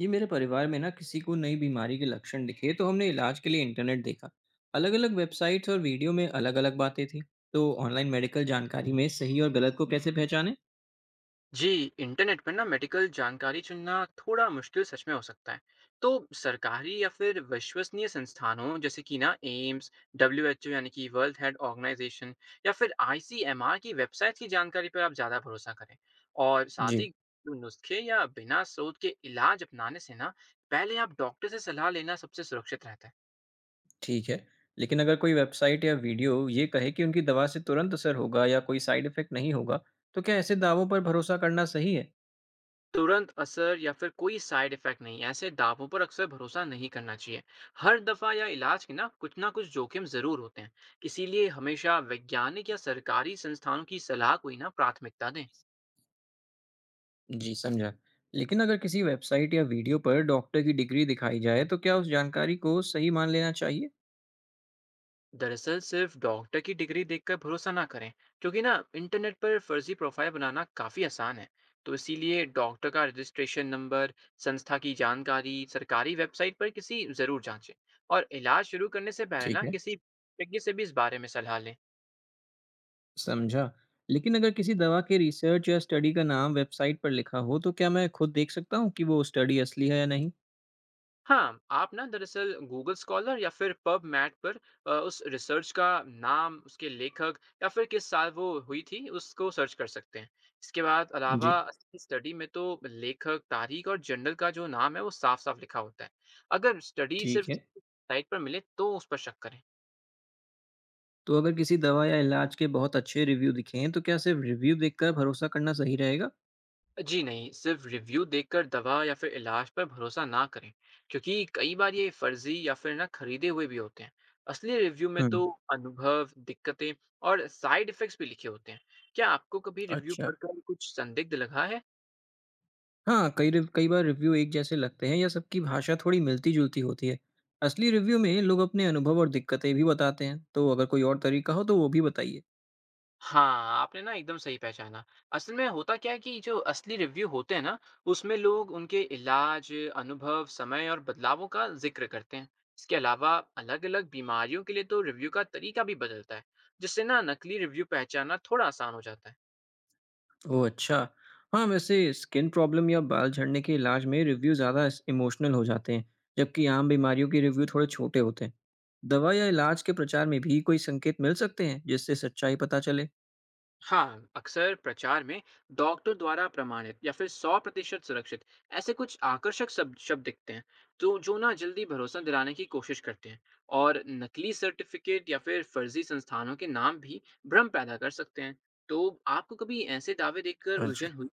जी, मेरे परिवार में ना किसी को नई बीमारी के लक्षण दिखे तो हमने इलाज के लिए इंटरनेट देखा। अलग अलग वेबसाइट्स और वीडियो में अलग अलग बातें थी। तो ऑनलाइन मेडिकल जानकारी में सही और गलत को कैसे पहचाने? जी। इंटरनेट पर ना मेडिकल जानकारी चुनना थोड़ा मुश्किल सच में हो सकता है। तो सरकारी या फिर विश्वसनीय संस्थानों जैसे कि ना एम्स, डब्ल्यू एच ओ यानी कि वर्ल्ड हेल्थ ऑर्गेनाइजेशन या फिर आई सी एम आर की वेबसाइट की जानकारी पर आप ज़्यादा भरोसा करें। और साथ जी। ही घरेलू नुस्खे या बिना स्रोत के इलाज अपनाने से ना पहले आप डॉक्टर से सलाह लेना सबसे सुरक्षित रहता है। ठीक है। लेकिन अगर कोई वेबसाइट या वीडियो ये कहे कि उनकी दवा से तुरंत असर होगा या कोई साइड इफेक्ट नहीं होगा, तो क्या ऐसे दावों पर भरोसा करना सही है? तुरंत असर या फिर कोई साइड इफेक्ट नहीं, ऐसे दावों पर अक्सर भरोसा नहीं करना चाहिए। हर दफा या इलाज के ना कुछ जोखिम जरूर होते हैं। इसीलिए हमेशा वैज्ञानिक या सरकारी संस्थानों की सलाह को ही ना प्राथमिकता दें। जी, समझा। लेकिन अगर किसी वेबसाइट या वीडियो पर डॉक्टर की डिग्री दिखाई जाए तो क्या उस जानकारी को सही मान लेना चाहिए? दरअसल सिर्फ डॉक्टर की डिग्री देखकर भरोसा ना करें, क्योंकि ना इंटरनेट पर फर्जी प्रोफाइल बनाना काफी आसान है। तो इसीलिए डॉक्टर का रजिस्ट्रेशन नंबर, संस्था की जानकारी सरकारी वेबसाइट पर किसी जरूर जांचें। और इलाज शुरू करने से पहले ठीक ना है। किसी विशेषज्ञ से भी इस बारे में सलाह लें। समझा। लेकिन अगर किसी दवा के रिसर्च या स्टडी का नाम वेबसाइट पर लिखा हो, तो क्या मैं खुद देख सकता हूँ कि वो स्टडी असली है या नहीं? हाँ, आप ना दरअसल गूगल स्कॉलर या फिर पबमैट पर उस रिसर्च का नाम, उसके लेखक या फिर किस साल वो हुई थी, उसको सर्च कर सकते हैं। इसके बाद जी। अलावा असली स्टडी में तो लेखक, तारीख और जर्नल का जो नाम है, वो साफ-साफ लिखा होता है। अगर स्टडी सिर्फ ठीक है। साइट पर मिले, तो उस पर शक करें। तो अगर किसी दवा या इलाज के बहुत अच्छे रिव्यू दिखें, तो क्या सिर्फ रिव्यू देखकर भरोसा करना सही रहेगा? जी नहीं, सिर्फ रिव्यू देखकर दवा या फिर इलाज पर भरोसा ना करें, क्योंकि कई बार ये फर्जी या फिर ना खरीदे हुए भी होते हैं। असली रिव्यू में हुँ। तो अनुभव, दिक्कतें और साइड इफेक्ट्स भी लिखे होते हैं। क्या आपको कभी रिव्यू अच्छा। पढ़कर कुछ संदिग्ध लगा है? हाँ, कई बार रिव्यू एक जैसे लगते हैं या सबकी भाषा थोड़ी मिलती-जुलती होती है। असली रिव्यू में लोग अपने अनुभव और दिक्कतें भी बताते हैं, तो अगर कोई और तरीका हो तो वो भी बताइए। हाँ, आपने ना एकदम सही पहचाना। असल में होता क्या है कि जो असली रिव्यू होते हैं ना, उसमें लोग उनके इलाज, अनुभव, समय और बदलावों का ज़िक्र करते हैं। इसके अलावा अलग-अलग बीमारियों के लिए तो रिव्यू का तरीका भी बदलता है, जिससे ना नकली रिव्यू पहचानना थोड़ा आसान हो जाता है। ओह, अच्छा! हाँ, वैसे स्किन प्रॉब्लम या बाल झड़ने के इलाज में रिव्यू ज़्यादा इस इमोशनल हो जाते हैं, जबकि आम बीमारियों के रिव्यू थोड़े छोटे होते हैं। दवा या इलाज के प्रचार में भी कोई संकेत मिल सकते हैं, जिससे सच्चाई पता चले? हाँ, अक्सर प्रचार में डॉक्टर द्वारा प्रमाणित या फिर सौ प्रतिशत सुरक्षित, ऐसे कुछ आकर्षक शब्द शब्द दिखते हैं, तो जो ना जल्दी भरोसा दिलाने की कोशिश करते हैं। और नकली सर्टिफिकेट या फिर फर्जी संस्थानों के नाम भी भ्रम पैदा कर सकते हैं। तो आपको कभी ऐसे दावे देखकर अच्छा। उलझन हुई?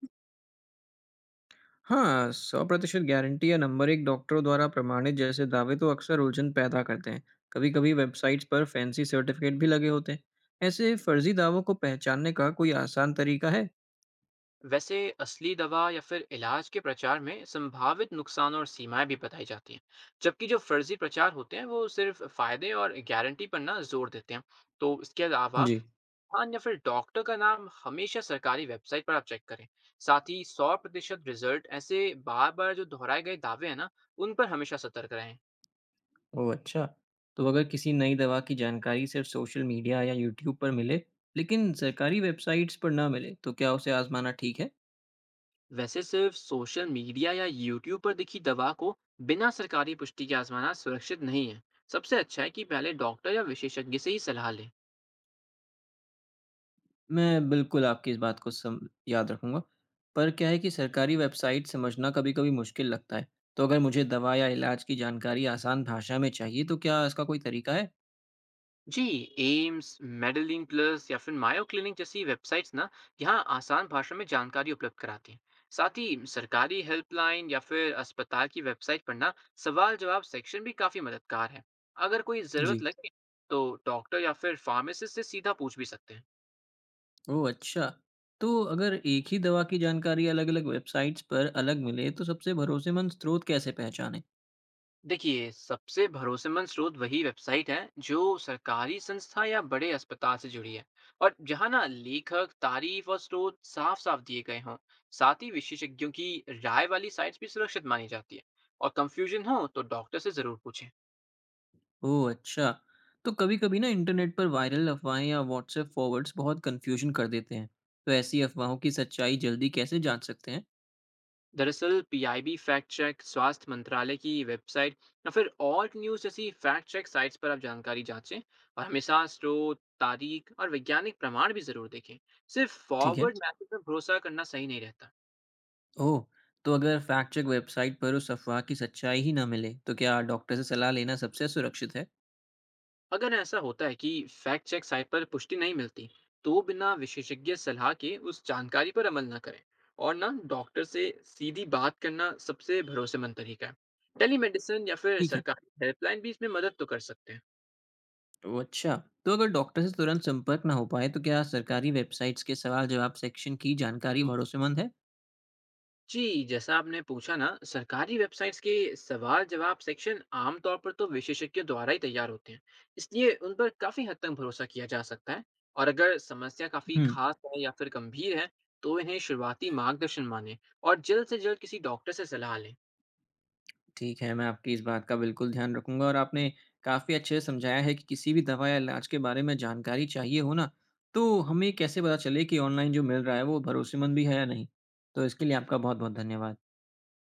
हाँ, 100% गारंटी या नंबर एक डॉक्टरों द्वारा प्रमाणित जैसे दावे तो अक्सर उलझन पैदा करते हैं। कभी-कभी वेबसाइट्स पर फैंसी सर्टिफिकेट भी लगे होते हैं। ऐसे फर्जी दावों को पहचानने का कोई आसान तरीका है? वैसे असली दवा या फिर इलाज के प्रचार में संभावित नुकसान और सीमाएं भी बताई जाती हैं, जबकि जो फर्जी प्रचार होते हैं वो सिर्फ फायदे और गारंटी पर ना जोर देते हैं। तो इसके अलावा जी। हाँ, या फिर डॉक्टर का नाम हमेशा सरकारी वेबसाइट पर आप चेक करें। साथ ही 100% रिजल्ट ऐसे बार-बार जो दोहराए गए दावे हैं ना, उन पर हमेशा सतर्क रहें। ओह, अच्छा। तो अगर किसी नई दवा की जानकारी सिर्फ सोशल मीडिया या यूट्यूब पर मिले, लेकिन सरकारी वेबसाइट्स पर ना मिले, तो क्या उसे आज़माना ठीक है? वैसे सिर्फ सोशल मीडिया या यूट्यूब पर दिखी दवा को बिना सरकारी पुष्टि के आजमाना सुरक्षित नहीं है। सबसे अच्छा है कि पहले डॉक्टर या विशेषज्ञ से ही सलाह लें। मैं बिल्कुल आपकी इस बात को सम याद रखूँगा। पर क्या है कि सरकारी वेबसाइट समझना कभी-कभी मुश्किल लगता है। तो अगर मुझे दवा या इलाज की जानकारी आसान भाषा में चाहिए, तो क्या इसका कोई तरीका है? जी। एम्स, मेडलिंग प्लस या फिर मायो क्लिनिक जैसी वेबसाइट्स ना यहाँ आसान भाषा में जानकारी उपलब्ध कराती हैं। साथ ही सरकारी हेल्पलाइन या फिर अस्पताल की वेबसाइट पर ना सवाल जवाब सेक्शन भी काफ़ी मददगार है। अगर कोई जी। ज़रूरत लगे तो डॉक्टर या फिर फार्मासिस्ट से सीधा पूछ भी सकते हैं। ओह, अच्छा। तो अगर एक ही दवा की जानकारी अलग-अलग वेबसाइट्स पर अलग मिले, तो सबसे भरोसेमंद स्रोत कैसे पहचानें? देखिए सबसे भरोसेमंद स्रोत वही वेबसाइट है जो सरकारी संस्था या बड़े अस्पताल से जुड़ी है, और जहां ना लेखक, तारीफ और स्रोत साफ साफ दिए गए हों। साथ ही विशेषज्ञों की राय वाली साइट्स भी सुरक्षित मानी जाती है। और कंफ्यूजन हो तो डॉक्टर से जरूर पूछें। ओह! अच्छा। तो कभी-कभी ना इंटरनेट पर वायरल अफ़वाहें या व्हाट्सएप फ़ॉरवर्ड्स बहुत कन्फ्यूजन कर देते हैं। तो ऐसी अफ़वाहों की सच्चाई जल्दी कैसे जाँच सकते हैं? दरअसल पीआईबी फैक्ट चेक, स्वास्थ्य मंत्रालय की वेबसाइट या फिर ऑल्ट न्यूज जैसी फैक्ट चेक साइट्स पर आप जानकारी जांचें, और हमेशा स्रोत, तारीख और वैज्ञानिक प्रमाण भी जरूर देखें। सिर्फ ठीक है। फॉरवर्ड मैसेज पर भरोसा करना सही नहीं रहता। ओह! तो अगर फ़ैक्ट चेक वेबसाइट पर उस अफ़वाह की सच्चाई ही ना मिले, तो क्या डॉक्टर से सलाह लेना सबसे सुरक्षित है? अगर ऐसा होता है कि फैक्ट चेक साइट पर पुष्टि नहीं मिलती, तो बिना विशेषज्ञ सलाह के उस जानकारी पर अमल ना करें। और ना डॉक्टर से सीधी बात करना सबसे भरोसेमंद तरीका है। टेलीमेडिसिन या फिर ठीक है। सरकारी हेल्पलाइन भी इसमें मदद तो कर सकते हैं। ओह, अच्छा। तो अगर डॉक्टर से तुरंत संपर्क ना हो पाए, तो क्या सरकारी वेबसाइट्स के सवाल-जवाब सेक्शन की जानकारी भरोसेमंद है? जी, जैसा आपने पूछा ना, सरकारी वेबसाइट्स के सवाल-जवाब सेक्शन आमतौर पर तो विशेषज्ञों द्वारा ही तैयार होते हैं, इसलिए उन पर काफ़ी हद तक भरोसा किया जा सकता है। और अगर समस्या काफ़ी हुँ। खास है या फिर गंभीर है, तो इन्हें शुरुआती मार्गदर्शन मानें और जल्द से जल्द किसी डॉक्टर से सलाह लें। ठीक है, मैं आपकी इस बात का बिल्कुल ध्यान रखूँगा। और आपने काफ़ी अच्छे से समझाया है कि किसी भी दवा या इलाज के बारे में जानकारी चाहिए हो ना, तो हमें कैसे पता चले कि ऑनलाइन जो मिल रहा है वो भरोसेमंद भी है या नहीं? तो इसके लिए आपका बहुत-बहुत धन्यवाद।